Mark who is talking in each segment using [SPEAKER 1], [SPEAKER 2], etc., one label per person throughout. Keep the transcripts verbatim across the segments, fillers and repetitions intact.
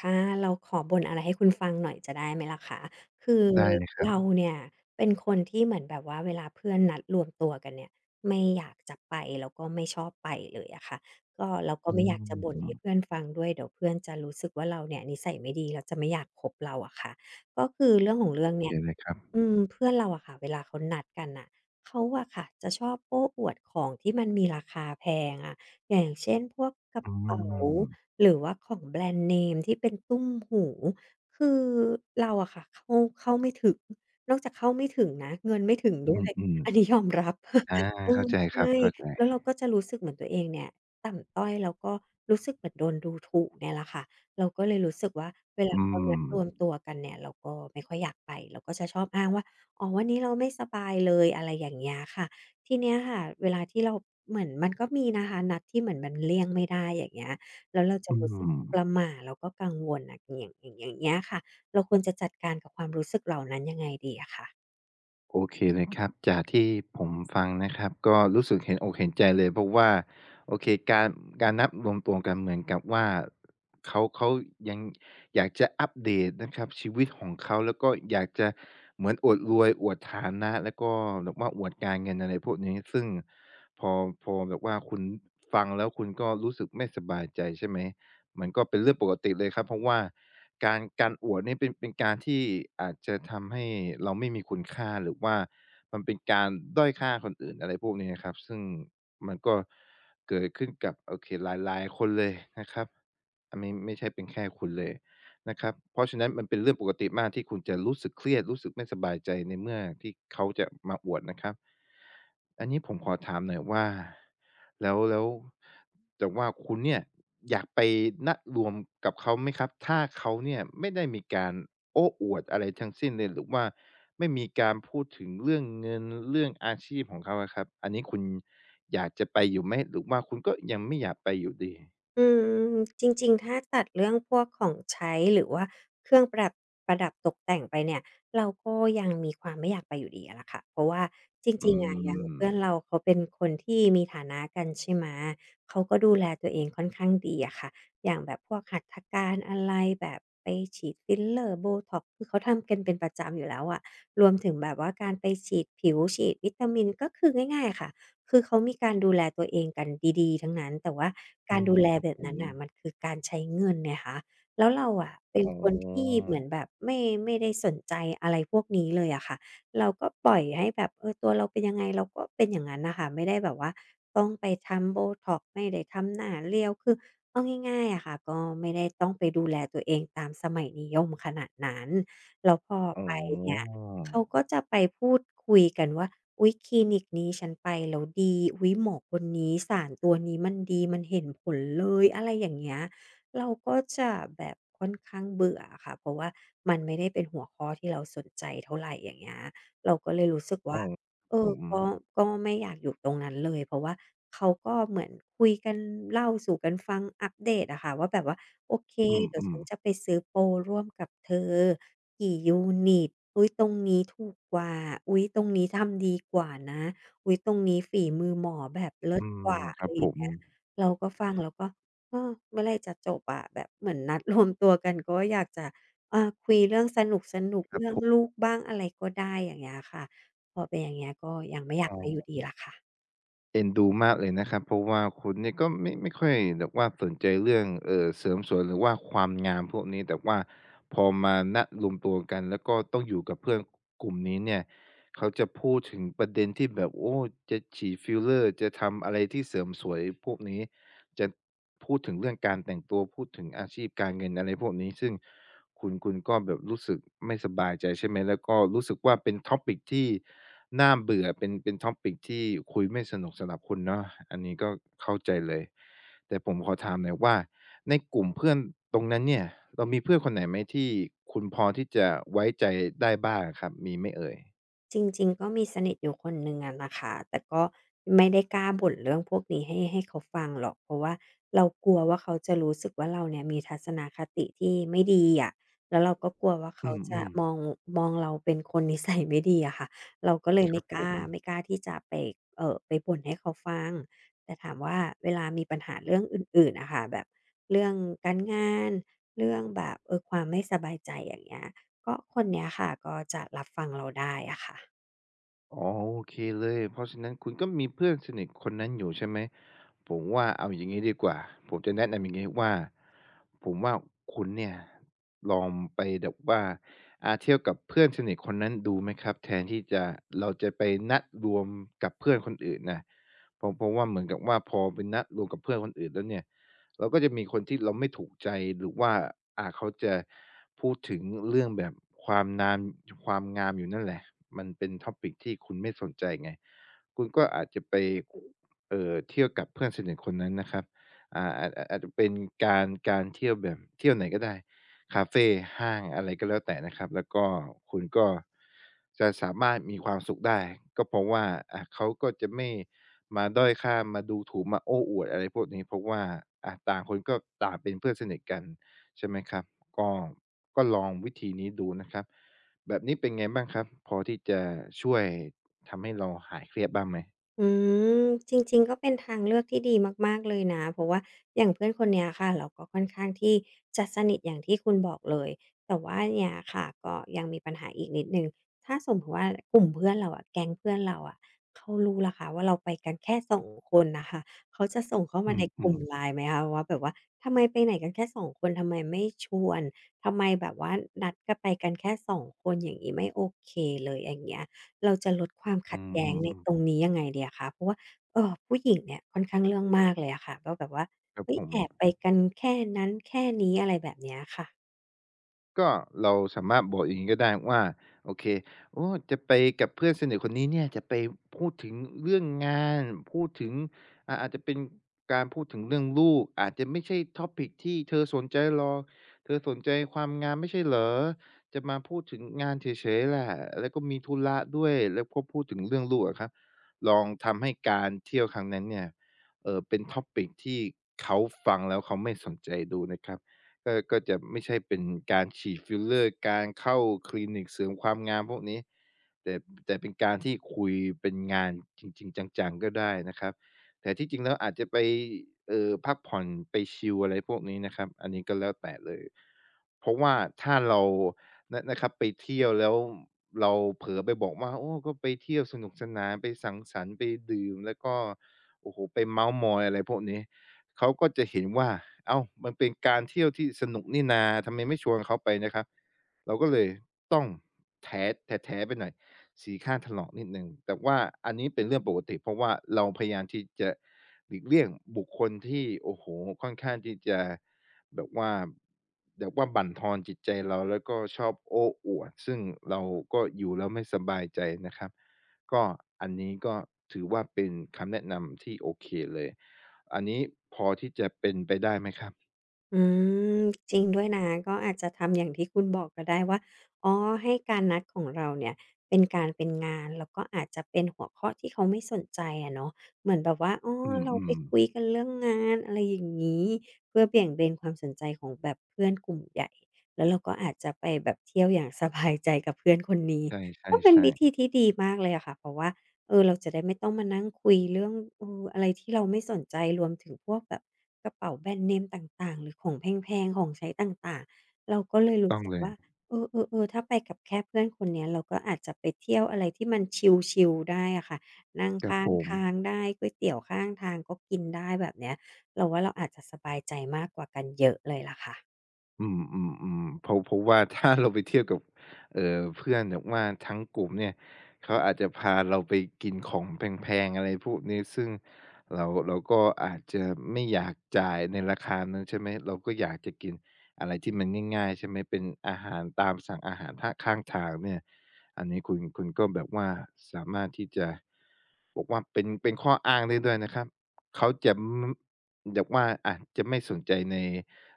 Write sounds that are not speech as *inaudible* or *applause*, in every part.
[SPEAKER 1] ค่ะเราขอบ่นอะไรให้คุณฟังหน่อยจะได้ไหมล่ะคะคือ
[SPEAKER 2] ได้เลยครับ
[SPEAKER 1] เราเนี่ยเป็นคนที่เหมือนแบบว่าเวลาเพื่อนนัดรวมตัวกันเนี่ยไม่อยากจะไปแล้วก็ไม่ชอบไปเลยอะค่ะก็เราก็
[SPEAKER 2] อื
[SPEAKER 1] ไม่อยากจะบ่นให้
[SPEAKER 2] ม
[SPEAKER 1] เพื่อนฟังด้วยเดี๋ยวเพื่อนจะรู้สึกว่าเราเนี่ยนิสัยไม่ดีแล้วจะไม่อยากคบเราอะค่ะก็คือเรื่องของเรื่อง
[SPEAKER 2] โอเค
[SPEAKER 1] เนี่ย
[SPEAKER 2] เลยครับ
[SPEAKER 1] อืมเพื่อนเราอะค่ะเวลาเขานัดกันน่ะเขาอะค่ะจะชอบโอ้อวดของที่มันมีราคาแพงอะอย่างเช่นพวกกระ
[SPEAKER 2] อื
[SPEAKER 1] เป๋า
[SPEAKER 2] ม
[SPEAKER 1] หรือว่าของแบรนด์เนมที่เป็นตุ้มหูคือเราอะค่ะเข้าเข้าไม่ถึงนอกจากเข้าไม่ถึงนะเงินไม่ถึง
[SPEAKER 2] อื
[SPEAKER 1] ด้วย
[SPEAKER 2] ม
[SPEAKER 1] อันนี้ยอมรับ
[SPEAKER 2] ๆอา
[SPEAKER 1] *laughs* เออ
[SPEAKER 2] เข้าใจครับ
[SPEAKER 1] ใช่
[SPEAKER 2] เข้าใจ
[SPEAKER 1] แล้วเราก็จะรู้สึกเหมือนตัวเองเนี่ยต่ำต้อยแล้วก็รู้สึกเหมือนโดนดูถูกเนี่ยแหละค่ะเราก็เลยรู้สึกว่าเวลา
[SPEAKER 2] อื
[SPEAKER 1] เขา
[SPEAKER 2] ม
[SPEAKER 1] นัดรวมตัวกันเนี่ยเราก็ไม่ค่อยอยากไปเราก็จะชอบอ้างว่าอ๋อวันนี้เราไม่สบายเลยอะไรอย่างเงี้ยค่ะทีเนี้ยค่ะเวลาที่เราเหมือนมันก็มีนะคะนัดที่เหมือนมันเลี่ยงไม่ได้อย่างเงี้ย แล้วเราจะ
[SPEAKER 2] อื
[SPEAKER 1] รู้สึก
[SPEAKER 2] ม
[SPEAKER 1] ประหม่าแล้วก็กังวลอะอย่างอย่างอย่างเงี้ยค่ะเราควรจะจัดการกับความรู้สึกเหล่านั้นยังไงดีอะคะ
[SPEAKER 2] โอเคเลยครับจากที่ผมฟังนะครับก็รู้สึกเห็นอกเห็นใจเลยเพราะว่าโอเคการการนัดรวมตัวกันเหมือนกับว่าเขาเขายังอยากจะอัปเดตนะครับชีวิตของเขาแล้วก็อยากจะเหมือนอวดรวยอวดฐานะแล้วก็แบบว่าอวดการเงินอะไรพวกนี้ซึ่งพอพอแบบว่าคุณฟังแล้วคุณก็รู้สึกไม่สบายใจใช่ไหม มันก็เป็นเรื่องปกติเลยครับเพราะว่าการการอวดนี่เป็นเป็นการที่อาจจะทำให้เราไม่มีคุณค่าหรือว่ามันเป็นการด้อยค่าคนอื่นอะไรพวกนี้นะครับซึ่งมันก็เกิดขึ้นกับโอเคหลายๆคนเลยนะครับอันนี้ไม่ใช่เป็นแค่คุณเลย นะครับเพราะฉะนั้นมันเป็นเรื่องปกติมากที่คุณจะรู้สึกเครียดรู้สึกไม่สบายใจในเมื่อที่เขาจะมาอวดนะครับ อันนี้ผมขอถามหน่อยว่าแล้วแล้วแต่ว่าคุณเนี่ยอยากไปนัดรวมกับเขาไหมครับถ้าเขาเนี่ยไม่ได้มีการโอ้อวดอะไรทั้งสิ้นเลยหรือว่าไม่มีการพูดถึงเรื่องเงินเรื่องอาชีพของเขาอะครับอันนี้คุณอยากจะไปอยู่ไหมหรือว่าคุณก็ยังไม่อยากไปอยู่ดี
[SPEAKER 1] อืมจริงๆ ถ้าตัดเรื่องพวกของใช้หรือว่าเครื่องประดับประดับตกแต่งไปเนี่ยเราก็ยังมีความไม่อยากไปอยู่ดีอะล่ะค่ะเพราะว่าจ
[SPEAKER 2] อื
[SPEAKER 1] ริงๆอะอย่าง
[SPEAKER 2] ม
[SPEAKER 1] เพื่อนเราเขาเป็นคนที่มีฐานะกันใช่ไหมเขาก็ดูแลตัวเองค่อนข้างดีอะค่ะอย่างแบบพวกหัตถการอะไรแบบไปฉีดฟิลเลอร์ Botox คือเขาทำกันเป็นประจำอยู่แล้วอะรวมถึงแบบว่าการไปฉีดผิวฉีดวิตามินก็คือง่ายๆค่ะ คือเขามีการดูแลตัวเองกันดีๆทั้งนั้นแต่ว่า
[SPEAKER 2] อื
[SPEAKER 1] การ
[SPEAKER 2] ม
[SPEAKER 1] ดูแล
[SPEAKER 2] ครับ
[SPEAKER 1] แบ
[SPEAKER 2] ผ
[SPEAKER 1] บ
[SPEAKER 2] ม
[SPEAKER 1] นั้นน่ะมันคือการใช้เงินไงคะแล้วเราอะเป็น
[SPEAKER 2] อ๋
[SPEAKER 1] คนที่
[SPEAKER 2] อ
[SPEAKER 1] เหมือนแบบไม่ไม่ได้สนใจอะไรพวกนี้เลยอะค่ะเราก็ปล่อยให้แบบเออตัวเราเป็นยังไงเราก็เป็นอย่างนั้นน่ะค่ะไม่ได้แบบว่าต้องไปทำ Botox ไม่ได้ทำหน้าเรียวคือเอาง่ายๆอะค่ะก็ไม่ได้ต้องไปดูแลตัวเองตามสมัยนิยมขนาดนั้นแล้วพอ
[SPEAKER 2] อ๋
[SPEAKER 1] ไปเนี่ย
[SPEAKER 2] อ
[SPEAKER 1] เขาก็จะไปพูดคุยกันว่าอุ๊ยคลินิกนี้ฉันไปแล้วดีอุ๊ยหมอคนนี้สารตัวนี้มันดีมันเห็นผลเลยอะไรอย่างเงี้ยเราก็จะแบบค่อนข้างเบื่ออะค่ะเพราะว่ามันไม่ได้เป็นหัวข้อที่เราสนใจเท่าไรอย่างเงี้ยเราก็เลยรู้สึก
[SPEAKER 2] อ๋
[SPEAKER 1] ว่า
[SPEAKER 2] อ
[SPEAKER 1] เอ
[SPEAKER 2] ผ
[SPEAKER 1] อ
[SPEAKER 2] ม
[SPEAKER 1] ก็ก็ไม่อยากอยู่ตรงนั้นเลยเพราะว่าเขาก็เหมือนคุยกันเล่าสู่กันฟังอัปเดตอะค่ะว่าแบบว่าโอเค
[SPEAKER 2] อื
[SPEAKER 1] เดี๋ยว
[SPEAKER 2] ม
[SPEAKER 1] ฉัน
[SPEAKER 2] ๆ
[SPEAKER 1] จะไปซื้อโปรร่วมกับเธอกี่ยูนิตอุ๊ยตรงนี้ถูกกว่าอุ๊ยตรงนี้ทำดีกว่านะอุ๊ยตรงนี้ฝีมือหมอแบบเลิศ
[SPEAKER 2] อื
[SPEAKER 1] ก
[SPEAKER 2] ม
[SPEAKER 1] ว่า
[SPEAKER 2] ค
[SPEAKER 1] อะ
[SPEAKER 2] รั
[SPEAKER 1] ไร
[SPEAKER 2] บ
[SPEAKER 1] อ
[SPEAKER 2] ผ
[SPEAKER 1] ย่าง
[SPEAKER 2] ม
[SPEAKER 1] เงี้ยเราก็ฟังแล้วก็เออเมื่อไรจะจบอะแบบเหมือนนัดรวมตัวกันก็อยากจะอาคุยเรื่องสนุก
[SPEAKER 2] ค
[SPEAKER 1] ๆ
[SPEAKER 2] รับ
[SPEAKER 1] เรื่อ
[SPEAKER 2] ผ
[SPEAKER 1] ง
[SPEAKER 2] ม
[SPEAKER 1] ลูกบ้างอะไรก็ได้อย่างเงี้ยค่ะ พอเป็นอย่างเงี้ยก็ยังไม่อยาก
[SPEAKER 2] อ๋
[SPEAKER 1] ไปอยู่
[SPEAKER 2] อ
[SPEAKER 1] ดีล่ะค่ะ
[SPEAKER 2] เอ็นดูมากเลยนะครับ เพราะว่าคุณเนี่ยก็ไม่ไม่ค่อยแบบว่าสนใจเรื่องเอ่อเสริมสวยหรือว่าความงามพวกนี้ แต่ว่าพอมาณรวมตัวกันแล้วก็ต้องอยู่กับเพื่อนกลุ่มนี้เนี่ย เขาจะพูดถึงประเด็นที่แบบโอ้จะฉีดฟิลเลอร์จะทำอะไรที่เสริมสวยพวกนี้จะพูดถึงเรื่องการแต่งตัวพูดถึงอาชีพการเงินอะไรพวกนี้ซึ่งคุณคุณก็แบบรู้สึกไม่สบายใจใช่ไหมแล้วก็รู้สึกว่าเป็น topic ที่น่าเบื่อเป็นเป็น topic ที่คุยไม่สนุกสำหรับคุณเนาะอันนี้ก็เข้าใจเลยแต่ผมขอถามหน่อยว่าในกลุ่มเพื่อนตรงนั้นเนี่ยเรามีเพื่อนคนไหนไหมที่คุณพอที่จะไว้ใจได้บ้างอะครับมีไหมเอ่ย
[SPEAKER 1] จริงๆก็มีสนิทอยู่คนหนึ่งอะนะคะแต่ก็ไม่ได้กล้าบ่นเรื่องพวกนี้ให้ให้เขาฟังหรอกเพราะว่าเรากลัวว่าเขาจะรู้สึกว่าเราเนี่ยมีทัศนคติที่ไม่ดีอะแล้วเราก็กลัวว่า
[SPEAKER 2] อื
[SPEAKER 1] เขา
[SPEAKER 2] มอื
[SPEAKER 1] จะ
[SPEAKER 2] ม
[SPEAKER 1] มองมองเราเป็นคนนิสัยไม่ดีอะค่ะเราก็เลย
[SPEAKER 2] ครั
[SPEAKER 1] ไม่
[SPEAKER 2] บ
[SPEAKER 1] ก
[SPEAKER 2] ผ
[SPEAKER 1] ล้า
[SPEAKER 2] ม
[SPEAKER 1] ไม่กล้าที่จะไปเอ่อไปบ่นให้เขาฟังแต่ถามว่าเวลามีปัญหาเรื่องอื่นๆอะค่ะแบบเรื่องการงานเรื่องแบบเออความไม่สบายใจอย่างเงี้ย ก็คนเนี้ยค่ะก็จะรับฟังเราได้อะค่ะ
[SPEAKER 2] อ๋อโอเคเลยเพราะฉะนั้นคุณก็มีเพื่อนสนิทคนนั้นอยู่ใช่ไหมผมว่าเอาอย่างงี้ดีกว่าผมจะแนะนำอย่างงี้ว่าผมว่าคุณเนี่ยลองไปแบบว่าอาเที่ยวกับเพื่อนสนิทคนนั้นดูไหมครับแทนที่จะเราจะไปนัดรวมกับเพื่อนคนอื่นนะเพราะเพราะว่าเหมือนกับว่าพอไปนัดรวมกับเพื่อนคนอื่นแล้วเนี่ย เราก็จะมีคนที่เราไม่ถูกใจหรือว่าอ่าเขาจะพูดถึงเรื่องแบบความนามความงามอยู่นั่นแหละมันเป็น topic ที่คุณไม่สนใจไงคุณก็อาจจะไปเอ่อเที่ยวกับเพื่อนสนิทคนนั้นนะครับอ่าอาจอาจอาจจะเป็นการการเที่ยวแบบเที่ยวไหนก็ได้คาเฟห้างอะไรก็แล้วแต่นะครับแล้วก็คุณก็จะสามารถมีความสุขได้ก็เพราะว่าอ่าเขาก็จะไม่ มาด้อยค่ามาดูถูกมาโอ้อวดอะไรพวกนี้เพราะว่าอะต่างคนก็ต่างเป็นเพื่อนสนิทกันใช่ไหมครับก็ก็ลองวิธีนี้ดูนะครับแบบนี้เป็นไงบ้างครับพอที่จะช่วยทำให้เราหายเครียดบ้างไหม
[SPEAKER 1] อืมจริงๆก็เป็นทางเลือกที่ดีมากๆเลยนะเพราะว่าอย่างเพื่อนคนเนี้ยค่ะเราก็ค่อนข้างที่จะสนิทอย่างที่คุณบอกเลยแต่ว่าเนี่ยค่ะก็ยังมีปัญหาอีกนิดหนึ่งถ้าสมมุติว่ากลุ่มเพื่อนเราอะแก๊งเพื่อนเราอะเขารู้ล่ะคะว่าเราไปกันแค่สองคนน่ะค่ะเขาจะส่งเข้ามา
[SPEAKER 2] อื
[SPEAKER 1] ในกลุ่ม
[SPEAKER 2] ม
[SPEAKER 1] ไลน์ ไหมคะว่าแบบว่าทำไมไปไหนกันแค่สองคนทำไมไม่ชวนทำไมแบบว่านัดกันไปกันแค่สองคนอย่างงี้ไม่โอเคเลยอย่างเงี้ย เราจะลดความ
[SPEAKER 2] ๆอื
[SPEAKER 1] ขัดแย้ง
[SPEAKER 2] ม
[SPEAKER 1] ใน
[SPEAKER 2] ๆ
[SPEAKER 1] ต
[SPEAKER 2] ๆ
[SPEAKER 1] รงนี้ยังไงดีอะคะเพราะว่าเอ่อผู้หญิงเนี่ยค่อนข้างเรื่องมากเลยอะค่ะก็แบบว่า
[SPEAKER 2] ครับ
[SPEAKER 1] เฮ้ย
[SPEAKER 2] ผม
[SPEAKER 1] แอบไปกันแค่นั้นแค่นี้อะไรแบบเนี้ยค่ะ
[SPEAKER 2] ก็เราสามารถบอกอย่างนี้ก็ได้ว่าโอเคโอ้จะไปกับเพื่อนสนิทคนนี้เนี่ยจะไปพูดถึงเรื่องงานพูดถึงอ่าอาจจะเป็นการพูดถึงเรื่องลูกอาจจะไม่ใช่ท t o ปิ c ที่เธอสนใจหรอกเธอสนใจความงานไม่ใช่เหรอจะมาพูดถึงงานเฉยๆแหละแล้วก็มีธุระด้วยแล้วก็พูดถึงเรื่องลูกอะครับลองทำให้การเที่ยวครั้งนั้นเนี่ยเออเป็น t o ปิ c ที่เขาฟังแล้วเขาไม่สนใจดูนะครับ ก็ก็จะไม่ใช่เป็นการฉีดฟิลเลอร์การเข้าคลินิกเสริมความงามพวกนี้แต่แต่เป็นการที่คุยเป็นงานจริงๆจังๆก็ได้นะครับแต่ที่จริงแล้วอาจจะไปเอ่อพักผ่อนไปชิลอะไรพวกนี้นะครับอันนี้ก็แล้วแต่เลยเพราะว่าถ้าเรานะนะครับไปเที่ยวแล้วเราเผลอไปบอกว่าโอ้ก็ไปเที่ยวสนุกสนานไปสังสรรค์ไปดื่มแล้วก็โอ้โฮไปเมาท์มอยอะไรพวกนี้ เขาก็จะเห็นว่าเอ้ามันเป็นการเที่ยวที่สนุกนี่นาทำไมไม่ชวนเขาไปนะครับเราก็เลยต้องแถแถๆไปหน่อยสีข้างถลอกนิดหนึ่งแต่ว่าอันนี้เป็นเรื่องปกติเพราะว่าเราพยายามที่จะหลีกเลี่ยงบุคคลที่โอ้โฮค่อนข้างที่จะแบบว่าแบบว่าบั่นทอนจิตใจเราแล้วก็ชอบโอ้อวดซึ่งเราก็อยู่แล้วไม่สบายใจนะครับก็อันนี้ก็ถือว่าเป็นคำแนะนำที่โอเคเลย อันนี้พอที่จะเป็นไปได้ไหมครับ
[SPEAKER 1] อืมจริงด้วยนะก็อาจจะทำอย่างที่คุณบอกก็ได้ว่าอ๋อให้การนัดของเราเนี่ยเป็นการเป็นงานแล้วก็อาจจะเป็นหัวข้อที่เขาไม่สนใจอะเนาะเหมือนแบบว่าอ๋อ
[SPEAKER 2] อื
[SPEAKER 1] เราไป
[SPEAKER 2] มๆ
[SPEAKER 1] คุยกันเรื่องงานอะไรอย่างงี้เพื่อเบี่ยงเบนความสนใจของแบบเพื่อนกลุ่มใหญ่แล้วเราก็อาจจะไปแบบเที่ยวอย่าง *laughs* สบายใจกับเพื่อนคนนี้
[SPEAKER 2] ใ
[SPEAKER 1] ก็เป็น
[SPEAKER 2] ช่
[SPEAKER 1] วิ
[SPEAKER 2] ๆ
[SPEAKER 1] ธีที่
[SPEAKER 2] ๆ
[SPEAKER 1] ดีมากเลยอะค่ะเพราะว่า เออเราจะได้ไม่ต้องมานั่งคุยเรื่องเอออะไรที่เราไม่สนใจรวมถึงพวกแบบกระเป๋าแบรนด์เนมต่างๆหรือของแพงๆของใช้ต่างๆเราก็เล
[SPEAKER 2] ถู
[SPEAKER 1] ย
[SPEAKER 2] ก
[SPEAKER 1] รู้
[SPEAKER 2] ต้อง
[SPEAKER 1] สึก
[SPEAKER 2] เล
[SPEAKER 1] ว่า
[SPEAKER 2] ย
[SPEAKER 1] เออๆๆถ้าไปกับแค่เพื่อนคนเนี้ยเราก็อาจจะไปเที่ยวอะไรที่มันชิลๆได้อะค่ะนั่ง
[SPEAKER 2] ครับ
[SPEAKER 1] ข้า
[SPEAKER 2] ผ
[SPEAKER 1] ง
[SPEAKER 2] ม
[SPEAKER 1] ทางได้ก๋วยเตี๋ยวข้างทางก็กินได้แบบเนี้ยเราว่าเราอาจจะสบายใจมากกว่ากันเยอะเลยล่ะค่ะ
[SPEAKER 2] อืมๆๆเพราะเพราะว่าถ้าเราไปเที่ยวกับเอ่อเพื่อนแบบว่าทั้งกลุ่มเนี่ย เขาอาจจะพาเราไปกินของแพงๆอะไรพวกนี้ซึ่งเราเราก็อาจจะไม่อยากจ่ายในราคานั้นใช่ไหมเราก็อยากจะกินอะไรที่มันง่ายๆใช่ไหมเป็นอาหารตามสั่งอาหารท่าข้างทางเนี่ยอันนี้คุณคุณก็แบบว่าสามารถที่จะ บอกว่าเป็นเป็นข้ออ้างได้ด้วยนะครับเขาจะมแบบว่าอาจะไม่สนใจใน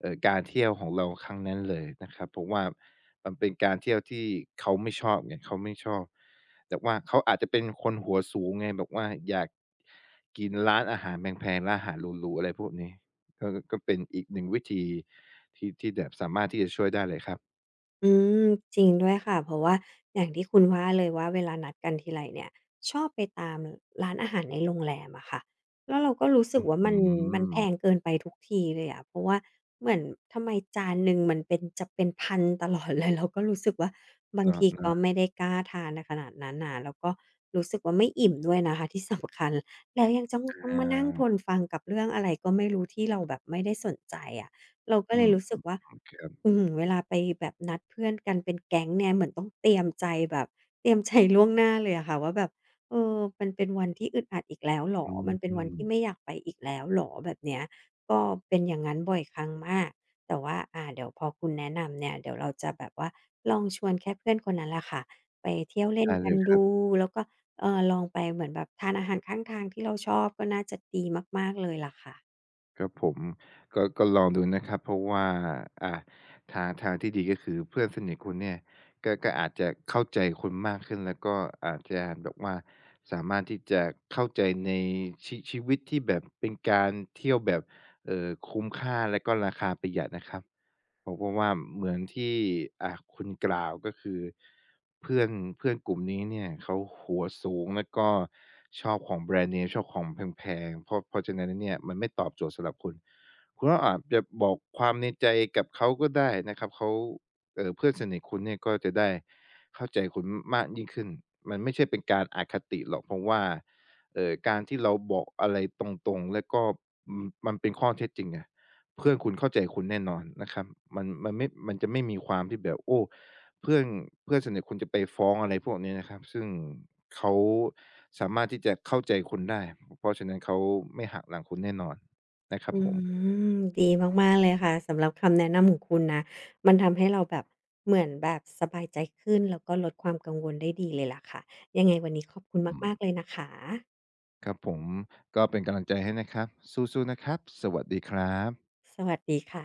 [SPEAKER 2] เอ่อการเที่ยวของเราครั้งนั้นเลยนะครับเพราะว่ามันเป็นการเที่ยวที่เขาไม่ชอบไงเขาไม่ชอบแต่ว่าเขาอาจจะเป็นคนหัวสูงไงแบบว่าอยากกินร้านอาหารแพงๆร้านอาหารหรูๆอะไรพวกนี้ก็ก็เป็นอีกหนึ่งวิธีที่ที่แบบสามารถที่จะช่วยได้เลยครับ
[SPEAKER 1] อืมจริงด้วยค่ะเพราะว่าอย่างที่คุณว่าเลยว่าเวลานัดกันทีไรเนี่ยชอบไปตามร้านอาหารในโรงแรมอะค่ะแล้วเราก็รู้สึ
[SPEAKER 2] อ
[SPEAKER 1] กว่า
[SPEAKER 2] ื
[SPEAKER 1] มันมันแพง
[SPEAKER 2] ม
[SPEAKER 1] เกินไปทุกทีเลยอะเพราะว่าเหมือนทำไมจานหนึ่งมันเป็นจะเป็นพันตลอดเลยเราก็รู้สึกว่าบาง
[SPEAKER 2] เนาะ
[SPEAKER 1] ทีก็
[SPEAKER 2] น
[SPEAKER 1] ไม่ได้กล้าทานในขนาดนั้นน่ะแล้วก็รู้สึกว่าไม่อิ่มด้วยนะคะที่สำคัญแล้วยังจ้อง
[SPEAKER 2] อ
[SPEAKER 1] ต้อง
[SPEAKER 2] ้า
[SPEAKER 1] มานั่งทน
[SPEAKER 2] ว
[SPEAKER 1] ฟังกับเรื่องอะไรก็ไม่รู้ที่เราแบบไม่ได้สนใจอะ เราก็
[SPEAKER 2] อื
[SPEAKER 1] เลย
[SPEAKER 2] ม
[SPEAKER 1] รู้สึกว่า
[SPEAKER 2] ครับ
[SPEAKER 1] อืมเวลาไปแบบนัดเพื่อนกันเป็นแก๊งเนี่ยเหมือนต้องเตรียมใจแบบเตรียมใจล่วงหน้าเลยอะค่ะว่าแบบเออมันเป็นวันที่อึดอัดอีกแล้วหรอ
[SPEAKER 2] อื
[SPEAKER 1] มันเป็นวัน
[SPEAKER 2] ม
[SPEAKER 1] ที่ไม่อยากไปอีกแล้วหรอแบบเนี้ยก็เป็นอย่างนั้นบ่อยครั้งมากแต่ว่าอ่าเดี๋ยวพอคุณแนะนำเนี่ยเดี๋ยวเราจะแบบว่าลองชวนแค่เพื่อนคนนั้นแหล่ะค่ะไปเที่ยวเล่น
[SPEAKER 2] ได้เล
[SPEAKER 1] กัน
[SPEAKER 2] ยครับ
[SPEAKER 1] ดูแล้วก็เออลองไปเหมือนแบบทานอาหารข้างทางที่เราชอบก็น่าจะดีมากๆเลยล่ะค่ะ
[SPEAKER 2] ครับผมก็ก็ลองดูนะครับเพราะว่าอ่าทางทางที่ดีก็คือเพื่อนสนิทคุณเนี่ยก็ก็อาจจะเข้าใจคุณมากขึ้นแล้วก็อาจจะแบบว่าสามารถที่จะเข้าใจในชีชีวิตที่แบบเป็นการเที่ยวแบบเอ่อคุ้มค่าและก็ราคาประหยัดนะครับ ผมก็ว่าเหมือนที่อ่าคุณกล่าวก็คือเพื่อนเพื่อนกลุ่มนี้เนี่ยเขาหัวสูงแล้วก็ชอบของแบรนด์เนมชอบของแพงๆเพราะเพราะฉะนั้นแล้วเนี่ยมันไม่ตอบโจทย์สำหรับคุณคุณก็อาจจะบอกความในใจกับเขาก็ได้นะครับเขาเอ่อเพื่อนสนิทคุณเนี่ยก็จะได้เข้าใจคุณมากยิ่งขึ้นมันไม่ใช่เป็นการอคติหรอกเพราะว่าเอ่อการที่เราบอกอะไรตรงๆแล้วก็อืมมันเป็นข้อเท็จจริงไง เพื่อนคุณเข้าใจคุณแน่นอนนะครับมันมันไม่มันจะไม่มีความที่แบบโอ้เพื่อนเพื่อนสนิทคุณจะไปฟ้องอะไรพวกนี้นะครับซึ่งเขาสามารถที่จะเข้าใจคุณได้เพราะฉะนั้นเขาไม่หักหลังคุณแน่นอนนะครับ
[SPEAKER 1] อื
[SPEAKER 2] ผม
[SPEAKER 1] มดีมากๆเลยค่ะสำหรับคำแนะนำของคุณนะมันทำให้เราแบบเหมือนแบบสบายใจขึ้นแล้วก็ลดความกังวลได้ดีเลยล่ะค่ะยังไงวันนี้ขอบคุณ
[SPEAKER 2] อืม
[SPEAKER 1] มากๆเลยนะคะ
[SPEAKER 2] ครับผมก็เป็นกำลังใจให้นะครับสู้ๆนะครับสวัสดีครับ
[SPEAKER 1] สวัสดีค่ะ